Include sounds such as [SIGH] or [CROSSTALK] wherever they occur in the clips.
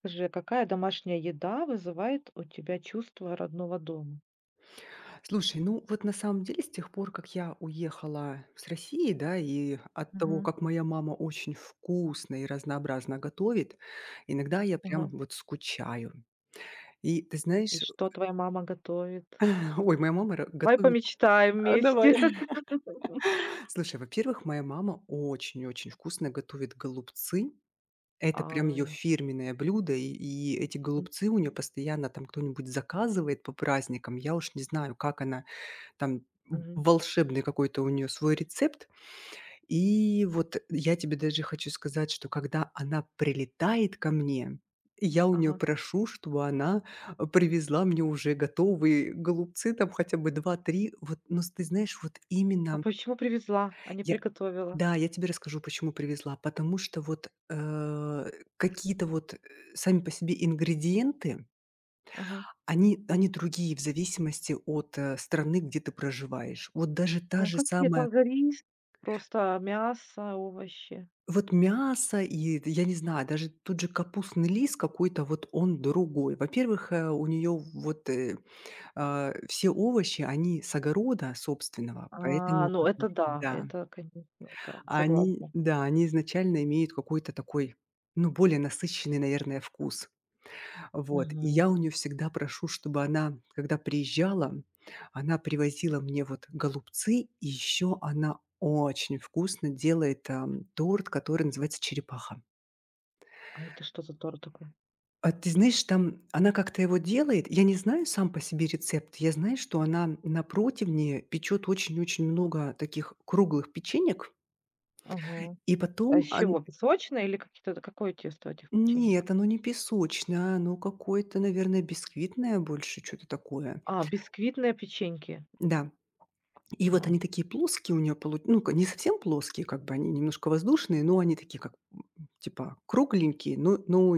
Скажи, а какая домашняя еда вызывает у тебя чувство родного дома? Слушай, ну вот на самом деле с тех пор, как я уехала с России, да, и от того, Мгм. как моя мама очень вкусно и разнообразно готовит, иногда я прям Ага. вот скучаю. И ты И знаешь, что твоя мама готовит? [LAUGHS] ой, моя мама Давай готовит... помечтаем А, вместе. давай. [LAUGHS] [LAUGHS] Слушай, во-первых, моя мама очень-очень вкусно готовит голубцы. Это прям ее Ай. фирменное блюдо, и эти М, голубцы у нее постоянно там кто-нибудь заказывает по праздникам. Я уж не знаю, как она там мгм. волшебный какой-то у нее свой рецепт. И вот я тебе даже хочу сказать, что когда она прилетает ко мне, я у нее Ага. прошу, чтобы она, привезла мне уже готовые голубцы, там хотя бы два-три. Вот, но с ты знаешь, вот А именно почему привезла, а не я приготовила? да, я тебе расскажу, почему привезла. Потому что вот, какие-то вот, сами по себе ингредиенты, Ага. они другие в зависимости от, страны, где ты проживаешь. Вот даже та Ну, же как тебе самая там за рис? Просто мясо, овощи. вот мясо и, я не знаю, даже тут же капустный лист какой-то, вот он другой. Во-первых, у нее вот, а, все овощи, они с огорода собственного, А, поэтому ну как бы это да, это, конечно, да, согласна. да, они изначально имеют какой-то такой, ну, более насыщенный, наверное, вкус. Вот, и Мгм. я у нее всегда прошу, чтобы она, когда приезжала, она привозила мне вот голубцы, и ещё она очень вкусно делает, торт, который называется черепаха. А это что за торт такой? А ты знаешь, там она как-то его делает. Я не знаю сам по себе рецепт. Я знаю, что она на противне печет очень-очень много таких круглых печенек, Ага. и А из потом он чего? Песочное или какие-то какое тесто у этих печенек? нет, оно не песочное, оно какое-то, наверное, бисквитное больше, что то такое. А, бисквитные печеньки. Да. И вот Мгм. они такие плоские у нее полу ну, ка не совсем плоские, как бы они немножко воздушные, но они такие как, типа кругленькие, но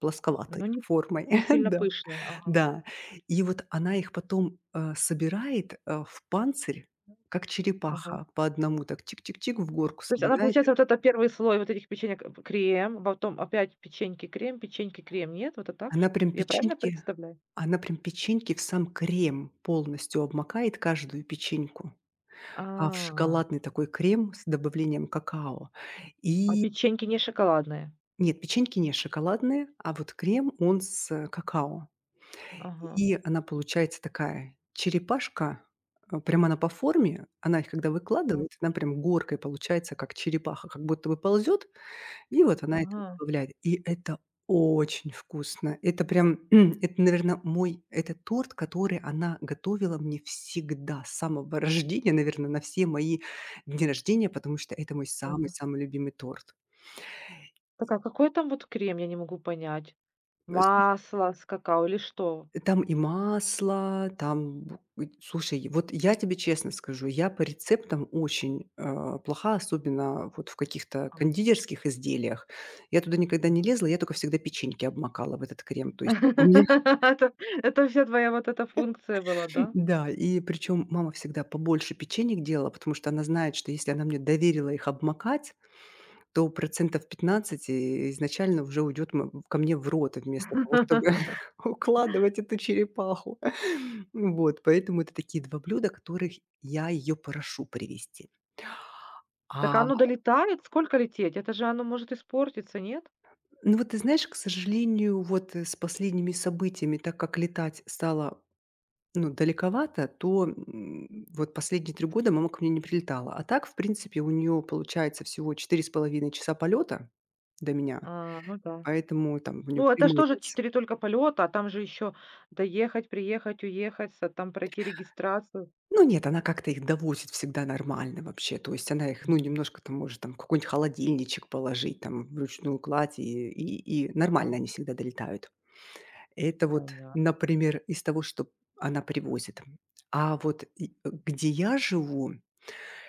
плосковатой Ну, не формой. не [LAUGHS] сильно Да. пышные. Ага, Да, и вот она их потом, собирает, в панцирь, как ага. черепаха, по одному так чик-чик-чик в горку То есть она, собирает их. получается, вот это первый слой вот этих печенек п крем, потом опять печеньки-крем, печеньки-крем. Нет, вот это так ш Она прям Я правильно печеньки представляю? она прям печеньки в сам крем полностью обмакает, каждую печеньку, а, в А, шоколадный такой крем с добавлением какао. а И печеньки не шоколадные. нет, печеньки не шоколадные, а вот крем, он с какао. Ага, И она получается такая черепашка, прям она по форме, она их когда а, выкладывает, она прям горкой получается, как черепаха, как будто бы ползет, и вот она это ага, добавляет. И это очень вкусно. Это прям, [CLEARS THROAT] это, наверное, мой, это торт, который она готовила мне всегда, с самого [LAUGHS] рождения, наверное, на все мои дни рождения, потому что это мой ага. самый-самый любимый торт. Так, а какой там вот крем? Я не могу понять. Э, Масло с какао или что? Там и масло, там бу и слушай, вот я тебе честно скажу, я по рецептам очень, плоха, особенно вот в каких-то А, кондитерских изделиях. Я туда никогда мгм. не лезла, я только всегда печеньки обмакала в этот крем. То есть у меня [LAUGHS] Это это вся твоя вот эта функция была, [LAUGHS] да? да, и причем мама всегда побольше печеньек делала, потому что она знает, что если она мне доверила их обмакать, то процентов 15 и изначально уже уйдет ко мне в рот, вместо того, чтобы [LAUGHS] [LAUGHS] укладывать эту черепаху. [LAUGHS] Вот, поэтому это такие 2 блюда, которых я ее прошу привести. А, Так оно долетает? Сколько лететь? Это же оно может испортиться, нет? ну, вот ты знаешь, к сожалению, вот, с последними событиями, так как летать стало, ну, далековато, то, М. Вот последние 3 года мама ко мне не прилетала. А так, в принципе, у нее получается всего 4 с половиной часа полета до меня, А, ну да. поэтому там у нее Ну, это ж прямые тоже рейсы. 4 только полета, а там же еще доехать, приехать, уехать, со там пройти регистрацию. Ну нет, она как-то их довозит всегда нормально вообще. То есть она их, ну, Мгм. немножко там может там в какой-нибудь холодильничек положить, там вручную кладь, и Ага. нормально они всегда долетают. Это вот, Понятно. например, из того, что она привозит. А вот где я живу,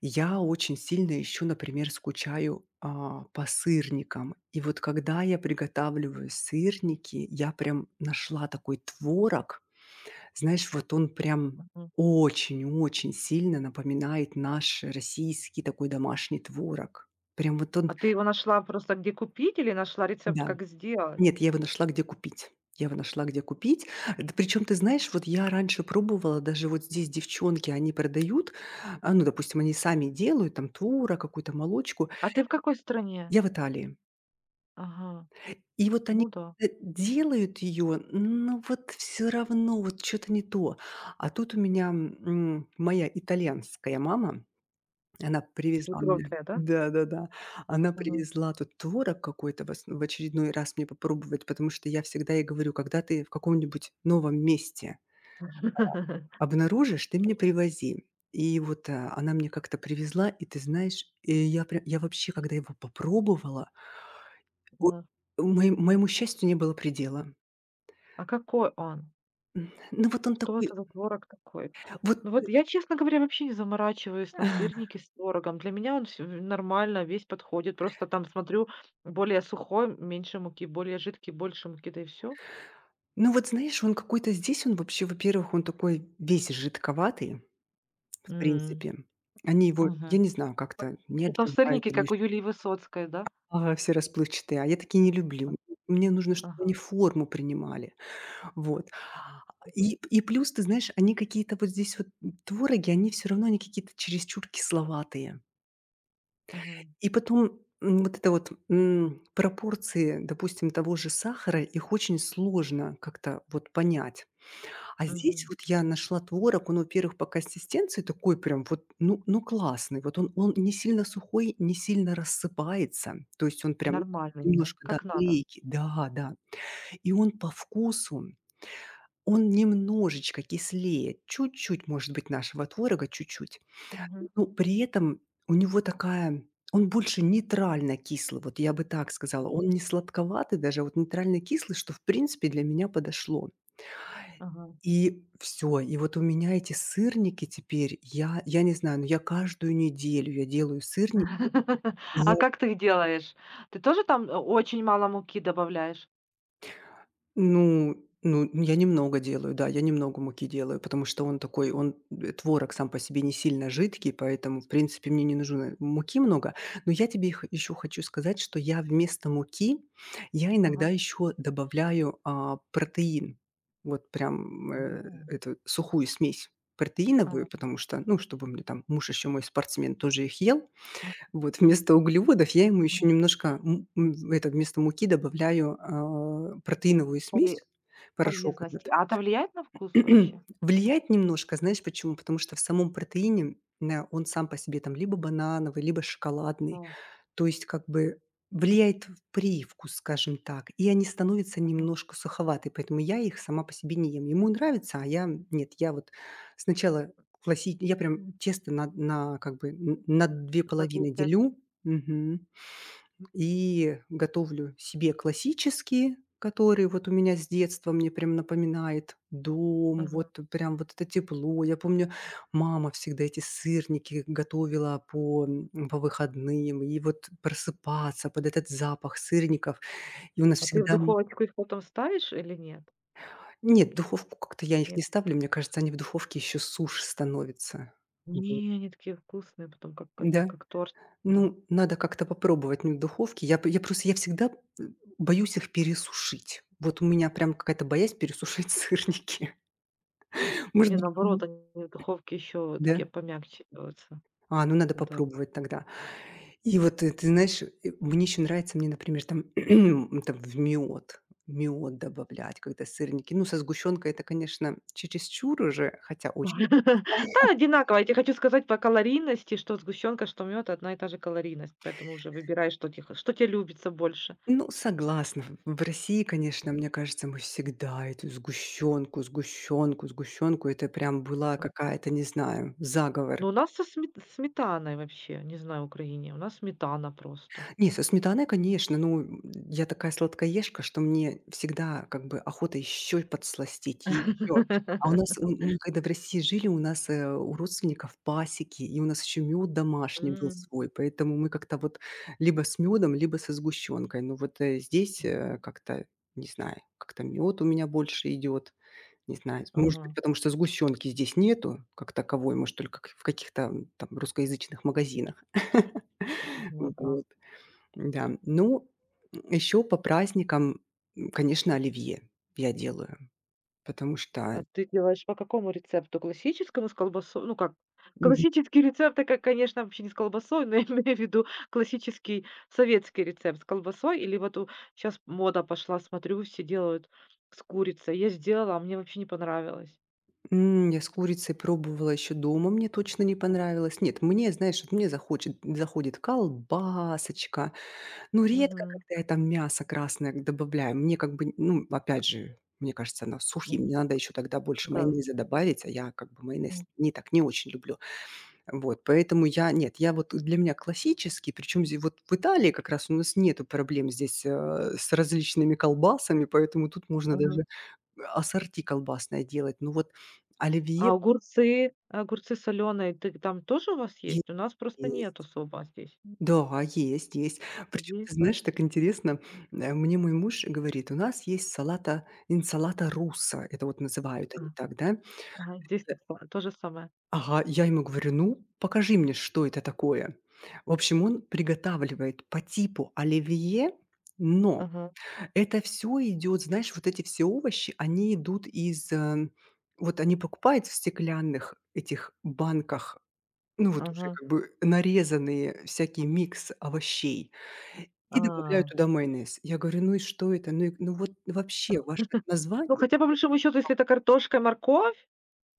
я очень сильно еще, например, скучаю а, по сырникам. И вот когда я приготавливаю сырники, я прям нашла такой творог, знаешь, вот он прям Мгм. очень-очень сильно напоминает наш российский такой домашний творог. Прям вот он А ты его нашла просто где купить или нашла рецепт, да. как сделать? Нет, я его нашла, где купить. Я его нашла, где купить. Да причем, ты знаешь, вот я раньше пробовала, даже вот здесь девчонки, они продают, а, ну, допустим, они сами делают там творог, какую-то молочку. А ты в какой стране? Я в Италии. Ага. И вот они Ну да. Делают ее, но вот все равно вот что-то не то. А тут у меня моя итальянская мама она привезла Свекровь мне твоя, да? да-да-да. Она Мгм. привезла тут творог какой-то в ос в очередной раз мне попробовать, потому что я всегда ей говорю: "Когда ты в каком-нибудь новом месте [LAUGHS] обнаружишь, ты мне привози". И вот, она мне как-то привезла, и ты знаешь, и я пря я вообще, когда его попробовала, Ага. о мои моему счастью не было предела. А какой он? Ну, вот он Что такой, это за творог такой? вот, Ну вот я, честно говоря, вообще не заморачиваюсь на [LAUGHS] сырники с творогом. Для меня он всё нормально, весь подходит. Просто там смотрю, более сухой, меньше муки, более жидкий, больше муки, да и все. ну, вот знаешь, он какой-то здесь, он вообще, во-первых, он такой весь жидковатый. В М, принципе, они его, я мгм. не знаю, как-то не Ну, там отжимают сырники, или как у еще Юлии Высоцкой, да? а, все расплывчатые, а я такие не А. люблю. Мне нужно, чтобы они Ага. форму принимали. Вот. Мгм. И плюс, ты знаешь, они какие-то вот здесь вот, твороги, они все равно, они какие-то чересчур кисловатые. Мгм. И потом, вот это вот, пропорции, допустим, того же сахара, их очень сложно как-то вот понять. А здесь Мгм. вот я нашла творог, он, во-первых, по консистенции такой прям вот, ну, классный. Вот он не сильно сухой, не сильно рассыпается. То есть он прям Нормальный, да? немножко, да, Как надо. клейкий. Да, да. И он по вкусу, он немножечко кислее, чуть-чуть, может быть, нашего творога, чуть-чуть. Мгм. Но при этом у него такая он больше нейтрально кислый, вот я бы так сказала. Он не сладковатый даже, а вот нейтрально кислый, что, в принципе, для меня подошло. Ага. И все, и вот у меня эти сырники теперь, я не знаю, но я каждую неделю я делаю сырники. [LAUGHS] А как ты их делаешь? Ты тоже там, очень мало муки добавляешь? Ну, я немного делаю, да, я немного муки делаю, потому что он такой, Ага. он, творог сам по себе не сильно жидкий, поэтому, в принципе, мне не нужно муки много. Но я тебе еще хочу сказать, что я вместо муки, я иногда Ага. еще добавляю, а, протеин. Вот прям, М. эту сухую смесь протеиновую, Ага. потому что, ну, чтобы мне там муж еще мой спортсмен тоже их ел. Вот вместо углеводов я ему еще Ну, немножко в это, вместо муки добавляю, а, протеиновую поле смесь, порошок полезности. этот. А это влияет на вкус [CLEARS THROAT] вообще? Влияет немножко, знаешь почему? Потому что в самом протеине, а, он сам по себе там либо банановый, либо Да, шоколадный. То есть как бы влияет в привкус, скажем так, и они становятся ага. немножко суховаты, поэтому я их сама по себе не ем. Ему нравится, а я нет. Я вот сначала класси я прям тесто на как бы н на 2 На две половины части? делю. Мгм. И готовлю себе классические, которые вот у меня с детства мне прям напоминает дом, Ага. вот прям вот это тепло. Я помню, мама всегда эти сырники готовила по, по выходным, и вот просыпаться под этот запах сырников. И у нас А ты в всегда... духовочку их потом ставишь или нет? Нет, в духовку как-то я их не Нет? ставлю, мне кажется, они в духовке еще сушь становятся. Вот. Не, они такие вкусные, потом как это, Да. как торт, да. Ну, надо как-то попробовать, ну, в духовке. Я п я просто, я всегда, боюсь их пересушить. Вот у меня прям какая-то боязнь пересушить [LAUGHS] сырники. Может Не, быть, наоборот, они в духовке еще такие да? помягче делаются. А, ну, надо Да. попробовать тогда. И вот, ты знаешь, мне еще нравится, мне, например, там, [CLEARS THROAT] там в мед добавлять, когда сырники. Ну, со сгущенкой это, конечно, чересчур уже, хотя очень [LAUGHS] вкусно. Да, одинаково. Я тебе хочу сказать по калорийности, что сгущенка, что мед, одна и та же калорийность, поэтому уже выбирай, что тебе любится больше. Ну, согласна. В России, конечно, М. мне кажется, мы всегда эту сгущенку, сгущенку, сгущенку. Это прям была какая-то, не знаю, заговор. Ну, у нас со сметаной вообще, не знаю, в Украине, у нас сметана просто. Не, со сметаной, конечно. Ну, я такая сладкоежка, что мне всегда как бы охота еще подсластить, и еще. А у нас, [LAUGHS] мы когда в России жили, у нас, у родственников пасеки, и у нас еще мед домашний был М, свой, поэтому мы как-то вот либо с медом, либо со сгущенкой. Ну вот, здесь, как-то, не знаю, как-то мед у меня больше идет, не знаю. Может ага, быть, потому что сгущенки здесь нету как таковой, может, только к в каких-то, там русскоязычных магазинах. [LAUGHS] ну да. Вот. Да. Ну, еще по праздникам, конечно, оливье я делаю, потому что А ты делаешь по какому рецепту? Классическому с колбасой? Ну как, мгм. классический рецепт, это, как, конечно, вообще не с колбасой, но я имею в виду классический советский рецепт с колбасой или вот у щас мода пошла, смотрю, все делают с курицей. Я сделала, а мне вообще не понравилось. Я с курицей пробовала еще дома, мне точно не понравилось. Нет, мне, знаешь, вот мне захочет заходит колбасочка, ну редко, Мгм. когда я там мясо красное добавляю. Мне как бы, ну, опять же, мне кажется, она сухим. М, Мне надо еще тогда больше да. майонеза добавить, а я как бы майонез М, не так не очень люблю. Вот, поэтому я нет, я вот для меня классический, причем вот в Италии как раз у нас нету проблем здесь, с различными колбасами, поэтому тут можно ага. даже ассорти колбасное делать. Ну вот А оливье огурцы соленые, ты там тоже у вас е есть? У нас просто нет есть. особо здесь. Да, есть, есть. Причем, Здесь, ты да. знаешь, так интересно, мне мой муж говорит: "У нас есть салата инсалата руссо". Это вот называют они так, да. Ага, здесь тут па то же самое. Ага, я ему говорю: "Ну, покажи мне, что это такое". В общем, он приготавливает по типу оливье, но Ага, это все идет, знаешь, вот эти все овощи, они идут из, вот они покупают в стеклянных этих банках, ну, вот уже ага, как бы нарезанные всякий микс овощей и добавляют а. туда майонез. Я говорю: "Ну и что это? Ну и ну вот вообще ваше [LAUGHS] название". Ну, хотя, по большому счету, если это картошка и морковь,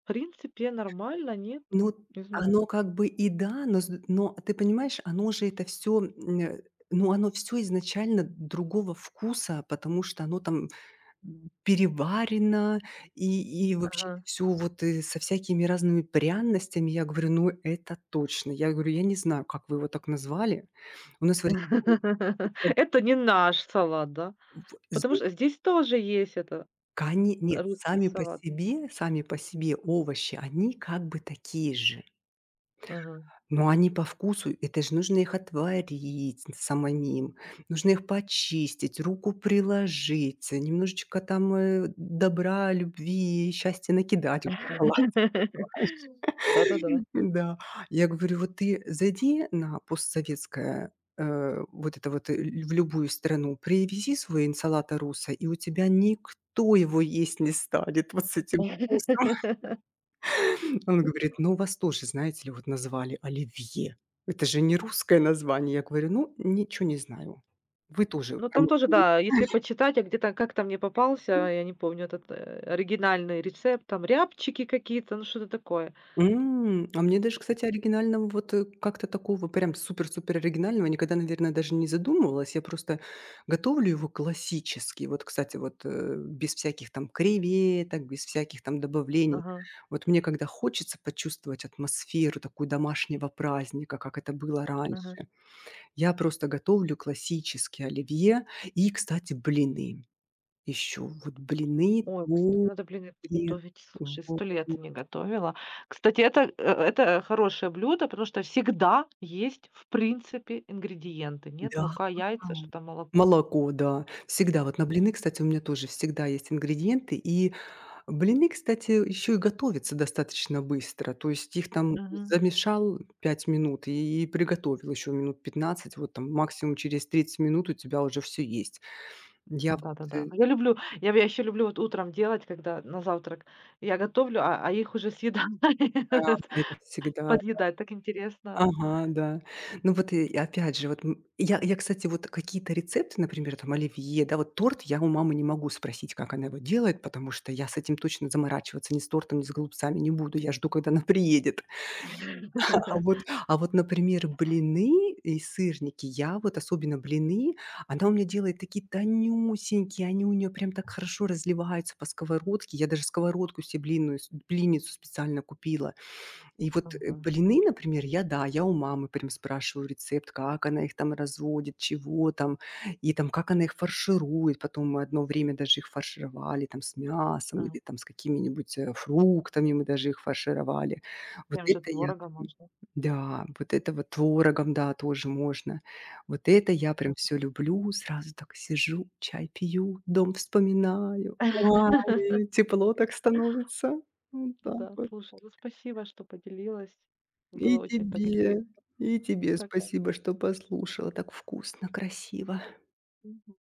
в принципе, нормально, нет? Ну, Не оно знаю. как бы и да, но с но ты понимаешь, оно же это все, ну, оно все изначально другого вкуса, потому что оно там, переварено и вообще Ага. все вот, со всякими разными пряностями. Я говорю: "Ну, это точно". Я говорю: "Я не знаю, как вы его так назвали". У нас в России [LAUGHS] Это не наш салат, да? Потому что здесь тоже есть это, коне нет, русский салат. Сами по себе овощи, они как бы такие же. Ага. Но они по вкусу, это же нужно их отварить самим, нужно их почистить, руку приложить, немножечко там, добра, любви счастья накидать в этот салат. [LAUGHS] Да-да-да. [LAUGHS] Да. Я говорю: "Вот ты зайди на постсоветское, вот это вот, ль в любую страну, привези свой инсалата руссо, и у тебя никто его есть не станет вот с этим вкусом". [LAUGHS] Он говорит: "Ну, у вас тоже, знаете ли, вот назвали оливье. Это же не русское название". Я говорю: "Ну, ничего не знаю. Вы тоже Ну, там тоже, промахнулись». да, если почитать, я где-то как-то мне попался, я не помню этот, оригинальный рецепт, там рябчики какие-то, ну что-то такое. А мне даже, кстати, оригинального вот, как-то такого прям супер-супер оригинального никогда, наверное, даже не задумывалась. Я просто готовлю его классически. Вот, кстати, вот, без всяких там креветок, без всяких там добавлений. Ага, Вот мне когда хочется почувствовать атмосферу такую домашнего праздника, как это было ага. раньше. Я просто готовлю классические оливье и, кстати, блины еще. Вот блины, Ой, кстати, булки, надо блины приготовить. Слушай, вот, 100 лет не готовила. Кстати, это, это хорошее блюдо, потому что всегда есть, в принципе, ингредиенты. Нет, да. мука, яйца, что-то молоко. Молоко, да. Всегда вот на блины, кстати, у меня тоже всегда есть ингредиенты. И блины, кстати, еще и готовятся достаточно быстро. То есть их там Мгм. замешал 5 минут и приготовил еще минут 15. Вот там максимум через 30 минут у тебя уже все есть. Я вот, Да-да-да. э, Но я люблю, я еще люблю вот утром делать, когда на завтрак я готовлю, а их уже съедают, а, [LAUGHS] это всегда подъедать. Так интересно, да. ага, да. Ну вот и опять же, вот я, кстати, вот какие-то рецепты, например, там оливье, да, вот торт я у мамы не могу спросить, как она его делает, потому что я с этим точно заморачиваться ни с тортом, ни с голубцами не буду. Я жду, когда она приедет. [LAUGHS] А вот а вот, например, блины и сырники, я вот особенно блины, она у меня делает такие тонюсенькие, они у нее прям так хорошо разливаются по сковородке. Я даже сковородку себе блинную с блинницу специально купила. И вот, Ага, блины, например, я, да, я у мамы прям спрашиваю рецепт, как она их там разводит, чего там, и там как она их фарширует. Потом мы одно время даже их фаршировали там с мясом ага. или там с какими-нибудь, фруктами мы даже их фаршировали. Вот Тем же это я творогом прям можно. да, вот это вот творогом, да, тоже можно. Вот это я прям А. все люблю. Сразу так сижу, чай пью, дом вспоминаю. [LAUGHS] Ой, тепло так становится. Вот так Да, вот. слушай, ну спасибо, что поделилась. И Было очень так тебе, интересно. и тебе Пока. спасибо, что послушала. Так вкусно, красиво. Мгм.